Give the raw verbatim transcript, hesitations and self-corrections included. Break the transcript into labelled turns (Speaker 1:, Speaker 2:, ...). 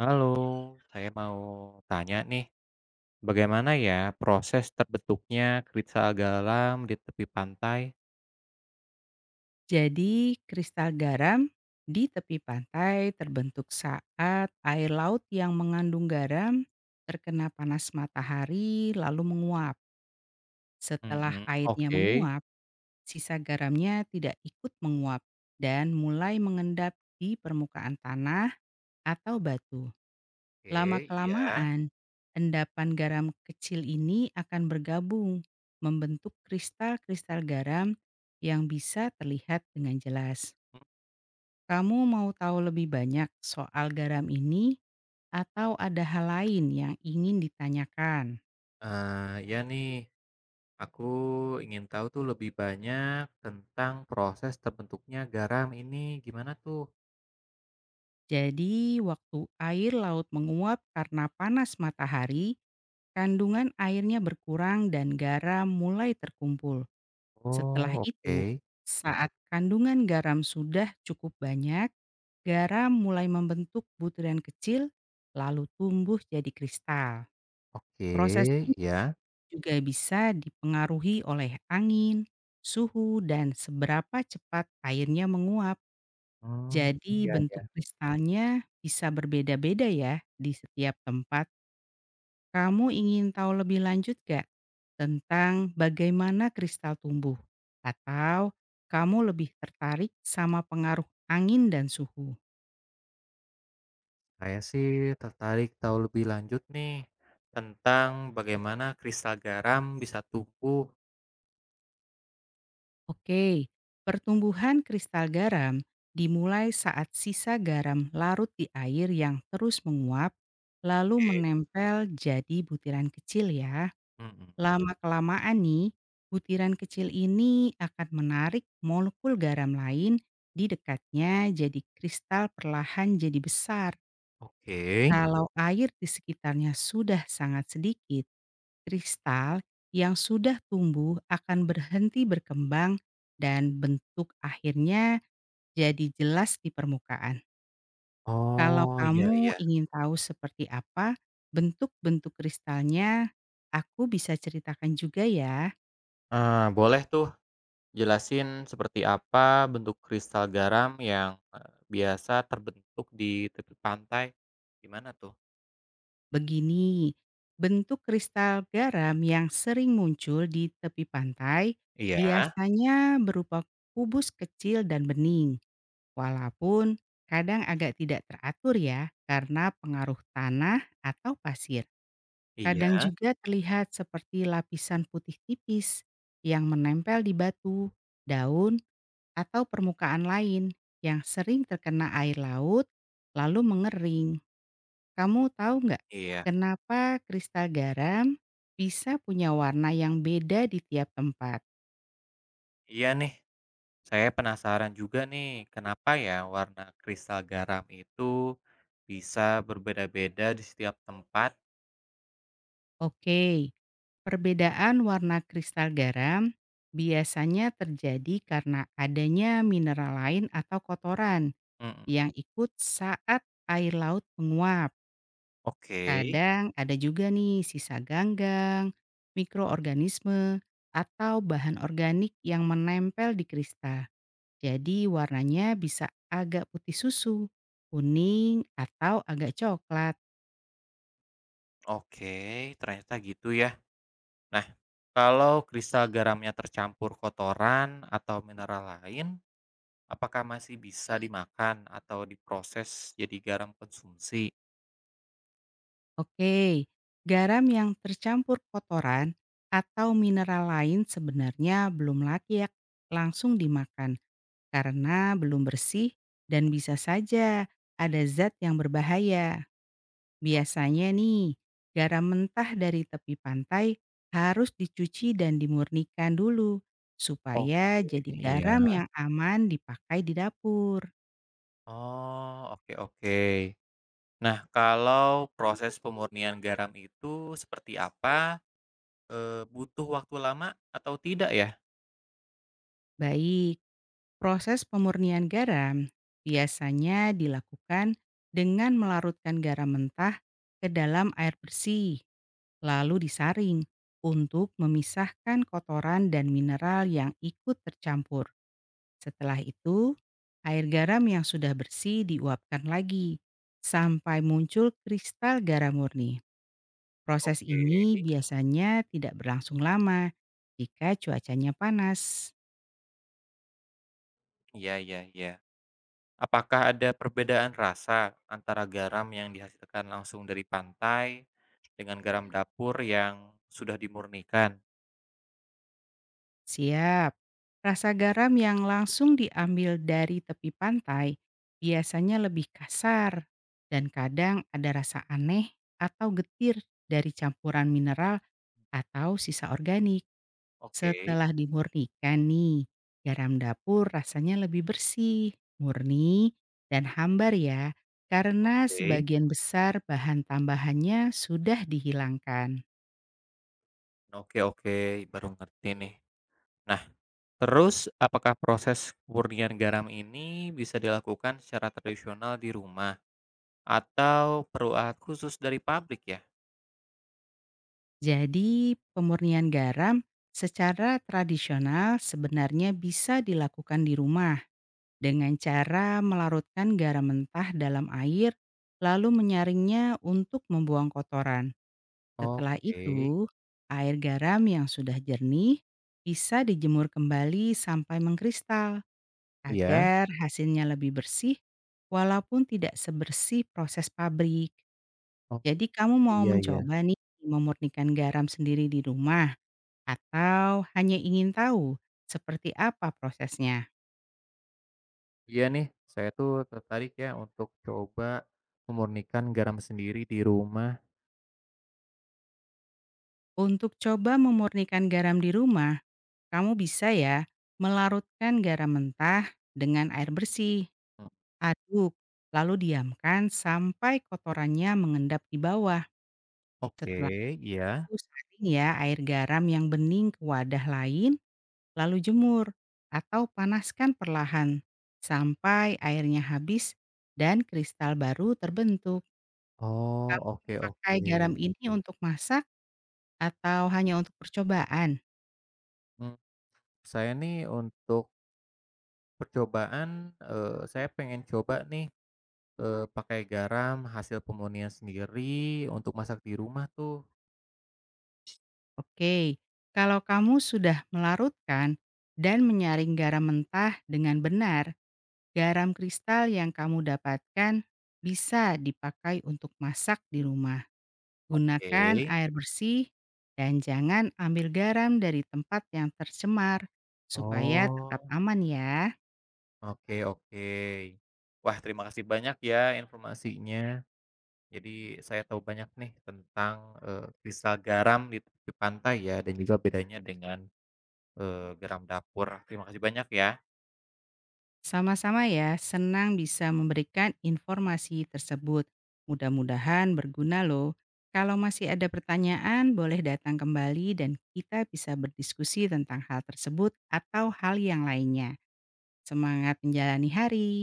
Speaker 1: Halo, saya mau tanya nih, bagaimana ya proses terbentuknya kristal galam di tepi pantai?
Speaker 2: Jadi, kristal garam di tepi pantai terbentuk saat air laut yang mengandung garam terkena panas matahari lalu menguap. Setelah
Speaker 1: Mhm,
Speaker 2: airnya
Speaker 1: oke,
Speaker 2: menguap, sisa garamnya tidak ikut menguap dan mulai mengendap di permukaan tanah atau batu.
Speaker 1: oke, iya.
Speaker 2: Lama-kelamaan, endapan garam kecil ini akan bergabung membentuk kristal-kristal garam yang bisa terlihat dengan jelas. Kamu mau tahu lebih banyak soal garam ini atau ada hal lain yang ingin ditanyakan?
Speaker 1: Eee, iya nih, aku ingin tahu tuh lebih banyak tentang proses terbentuknya garam ini, gimana tuh?
Speaker 2: Jadi, waktu air laut menguap karena panas matahari, kandungan airnya berkurang dan garam mulai terkumpul. Setelah
Speaker 1: Oh,
Speaker 2: itu,
Speaker 1: oke,
Speaker 2: saat kandungan garam sudah cukup banyak, garam mulai membentuk butiran kecil lalu tumbuh jadi kristal.
Speaker 1: oke,
Speaker 2: Proses
Speaker 1: ya,
Speaker 2: juga bisa dipengaruhi oleh angin, suhu, dan seberapa cepat airnya menguap.
Speaker 1: Mmm,
Speaker 2: Jadi Hmm.
Speaker 1: iya iya.
Speaker 2: bentuk kristalnya bisa berbeda-beda ya di setiap tempat. Kamu ingin tahu lebih lanjut gak tentang bagaimana kristal tumbuh? Atau kamu lebih tertarik sama pengaruh angin dan suhu?
Speaker 1: Saya sih tertarik tahu lebih lanjut nih, tentang bagaimana kristal garam bisa tumbuh.
Speaker 2: Oke, pertumbuhan kristal garam dimulai saat sisa garam larut di air yang terus menguap, lalu
Speaker 1: Oke,
Speaker 2: menempel jadi butiran kecil ya.
Speaker 1: mhm,
Speaker 2: Lama-kelamaan nih, butiran kecil ini akan menarik molekul garam lain di dekatnya jadi kristal perlahan jadi besar.
Speaker 1: oke.
Speaker 2: Kalau air di sekitarnya sudah sangat sedikit, kristal yang sudah tumbuh akan berhenti berkembang dan bentuk akhirnya jadi jelas di permukaan. Kalau
Speaker 1: Oh, iya
Speaker 2: kamu
Speaker 1: iya.
Speaker 2: ingin tahu seperti apa bentuk-bentuk kristalnya, aku bisa ceritakan juga ya.
Speaker 1: Eee, boleh tuh jelasin seperti apa bentuk kristal garam yang, eee, biasa terbentuk di tepi pantai? Gimana tuh?
Speaker 2: Begini, bentuk kristal garam yang sering muncul di tepi pantai
Speaker 1: Iya
Speaker 2: biasanya berupa kubus kecil dan bening. Walaupun kadang agak tidak teratur ya karena pengaruh tanah atau pasir. Kadang
Speaker 1: iya
Speaker 2: juga terlihat seperti lapisan putih tipis yang menempel di batu, daun, atau permukaan lain yang sering terkena air laut lalu mengering. Kamu tahu nggak
Speaker 1: iya
Speaker 2: kenapa kristal garam bisa punya warna yang beda di tiap tempat?
Speaker 1: iya nih, saya penasaran juga nih, kenapa ya warna kristal garam itu bisa berbeda-beda di setiap tempat?
Speaker 2: Oke, perbedaan warna kristal garam biasanya terjadi karena adanya mineral lain atau kotoran
Speaker 1: Mhm,
Speaker 2: yang ikut saat air laut menguap.
Speaker 1: oke
Speaker 2: Kadang ada juga nih sisa ganggang, mikroorganisme, atau bahan organik yang menempel di kristal. Jadi warnanya bisa agak putih susu, kuning, atau agak coklat.
Speaker 1: oke, ternyata gitu ya. Nah, kalau kristal garamnya tercampur kotoran atau mineral lain, apakah masih bisa dimakan atau diproses jadi garam konsumsi?
Speaker 2: Oke, garam yang tercampur kotoran atau mineral lain sebenarnya belum layak langsung dimakan karena belum bersih dan bisa saja ada zat yang berbahaya. Biasanya nih, garam mentah dari tepi pantai harus dicuci dan dimurnikan dulu
Speaker 1: Oke,
Speaker 2: supaya jadi
Speaker 1: iya.
Speaker 2: garam yang aman dipakai di dapur.
Speaker 1: Oh, oke oke. Nah, kalau proses pemurnian garam itu seperti apa? Eh, butuh waktu lama atau tidak ya?
Speaker 2: Baik, proses pemurnian garam biasanya dilakukan dengan melarutkan garam mentah ke dalam air bersih, lalu disaring untuk memisahkan kotoran dan mineral yang ikut tercampur. Setelah itu, air garam yang sudah bersih diuapkan lagi sampai muncul kristal garam murni. Proses
Speaker 1: Oke.
Speaker 2: ini biasanya tidak berlangsung lama jika cuacanya panas.
Speaker 1: Iya, iya, iya. Apakah ada perbedaan rasa antara garam yang dihasilkan langsung dari pantai dengan garam dapur yang sudah dimurnikan?
Speaker 2: Siap. Rasa garam yang langsung diambil dari tepi pantai biasanya lebih kasar dan kadang ada rasa aneh atau getir dari campuran mineral atau sisa organik.
Speaker 1: Oke,
Speaker 2: Setelah dimurnikan nih, garam dapur rasanya lebih bersih, murni, dan hambar ya karena
Speaker 1: oke.
Speaker 2: sebagian besar bahan tambahannya sudah dihilangkan.
Speaker 1: Oke oke, baru ngerti nih. Nah, terus apakah proses murnian garam ini bisa dilakukan secara tradisional di rumah atau perlu alat khusus dari pabrik ya?
Speaker 2: Jadi, pemurnian garam secara tradisional sebenarnya bisa dilakukan di rumah dengan cara melarutkan garam mentah dalam air, lalu menyaringnya untuk membuang kotoran. Setelah
Speaker 1: Oke,
Speaker 2: itu, air garam yang sudah jernih bisa dijemur kembali sampai mengkristal
Speaker 1: iya.
Speaker 2: agar hasilnya lebih bersih walaupun tidak sebersih proses pabrik.
Speaker 1: Oh,
Speaker 2: Jadi kamu mau
Speaker 1: iya iya.
Speaker 2: mencoba nih memurnikan garam sendiri di rumah? Atau hanya ingin tahu seperti apa prosesnya?
Speaker 1: Iya nih, saya tuh tertarik ya untuk coba memurnikan garam sendiri di rumah.
Speaker 2: Untuk coba memurnikan garam di rumah, kamu bisa ya melarutkan garam mentah dengan air bersih,
Speaker 1: Mmm,
Speaker 2: aduk, lalu diamkan sampai kotorannya mengendap di bawah.
Speaker 1: oke,
Speaker 2: Setelah
Speaker 1: iya.
Speaker 2: itu saring ya air garam yang bening ke wadah lain, lalu jemur atau panaskan perlahan sampai airnya habis dan kristal baru terbentuk.
Speaker 1: Oh,
Speaker 2: Kamu
Speaker 1: oke
Speaker 2: memakai garam
Speaker 1: oke.
Speaker 2: ini untuk masak atau hanya untuk percobaan?
Speaker 1: Mmm, saya nih untuk percobaan, eee, saya pengen coba nih, eee, pakai garam hasil pemurnian sendiri untuk masak di rumah tuh.
Speaker 2: Oke, kalau kamu sudah melarutkan dan menyaring garam mentah dengan benar, garam kristal yang kamu dapatkan bisa dipakai untuk masak di rumah. Gunakan
Speaker 1: Oke.
Speaker 2: air bersih dan jangan ambil garam dari tempat yang tercemar supaya tetap
Speaker 1: Oh.
Speaker 2: aman ya.
Speaker 1: Oke oke. Wah, terima kasih banyak ya informasinya. Jadi saya tahu banyak nih tentang, eee, kristal garam di tepi pantai ya dan juga bedanya dengan, eee, garam dapur. Terima kasih banyak ya.
Speaker 2: Sama-sama ya, senang bisa memberikan informasi tersebut. Mudah-mudahan berguna loh. Kalau masih ada pertanyaan, boleh datang kembali dan kita bisa berdiskusi tentang hal tersebut atau hal yang lainnya. Semangat menjalani hari!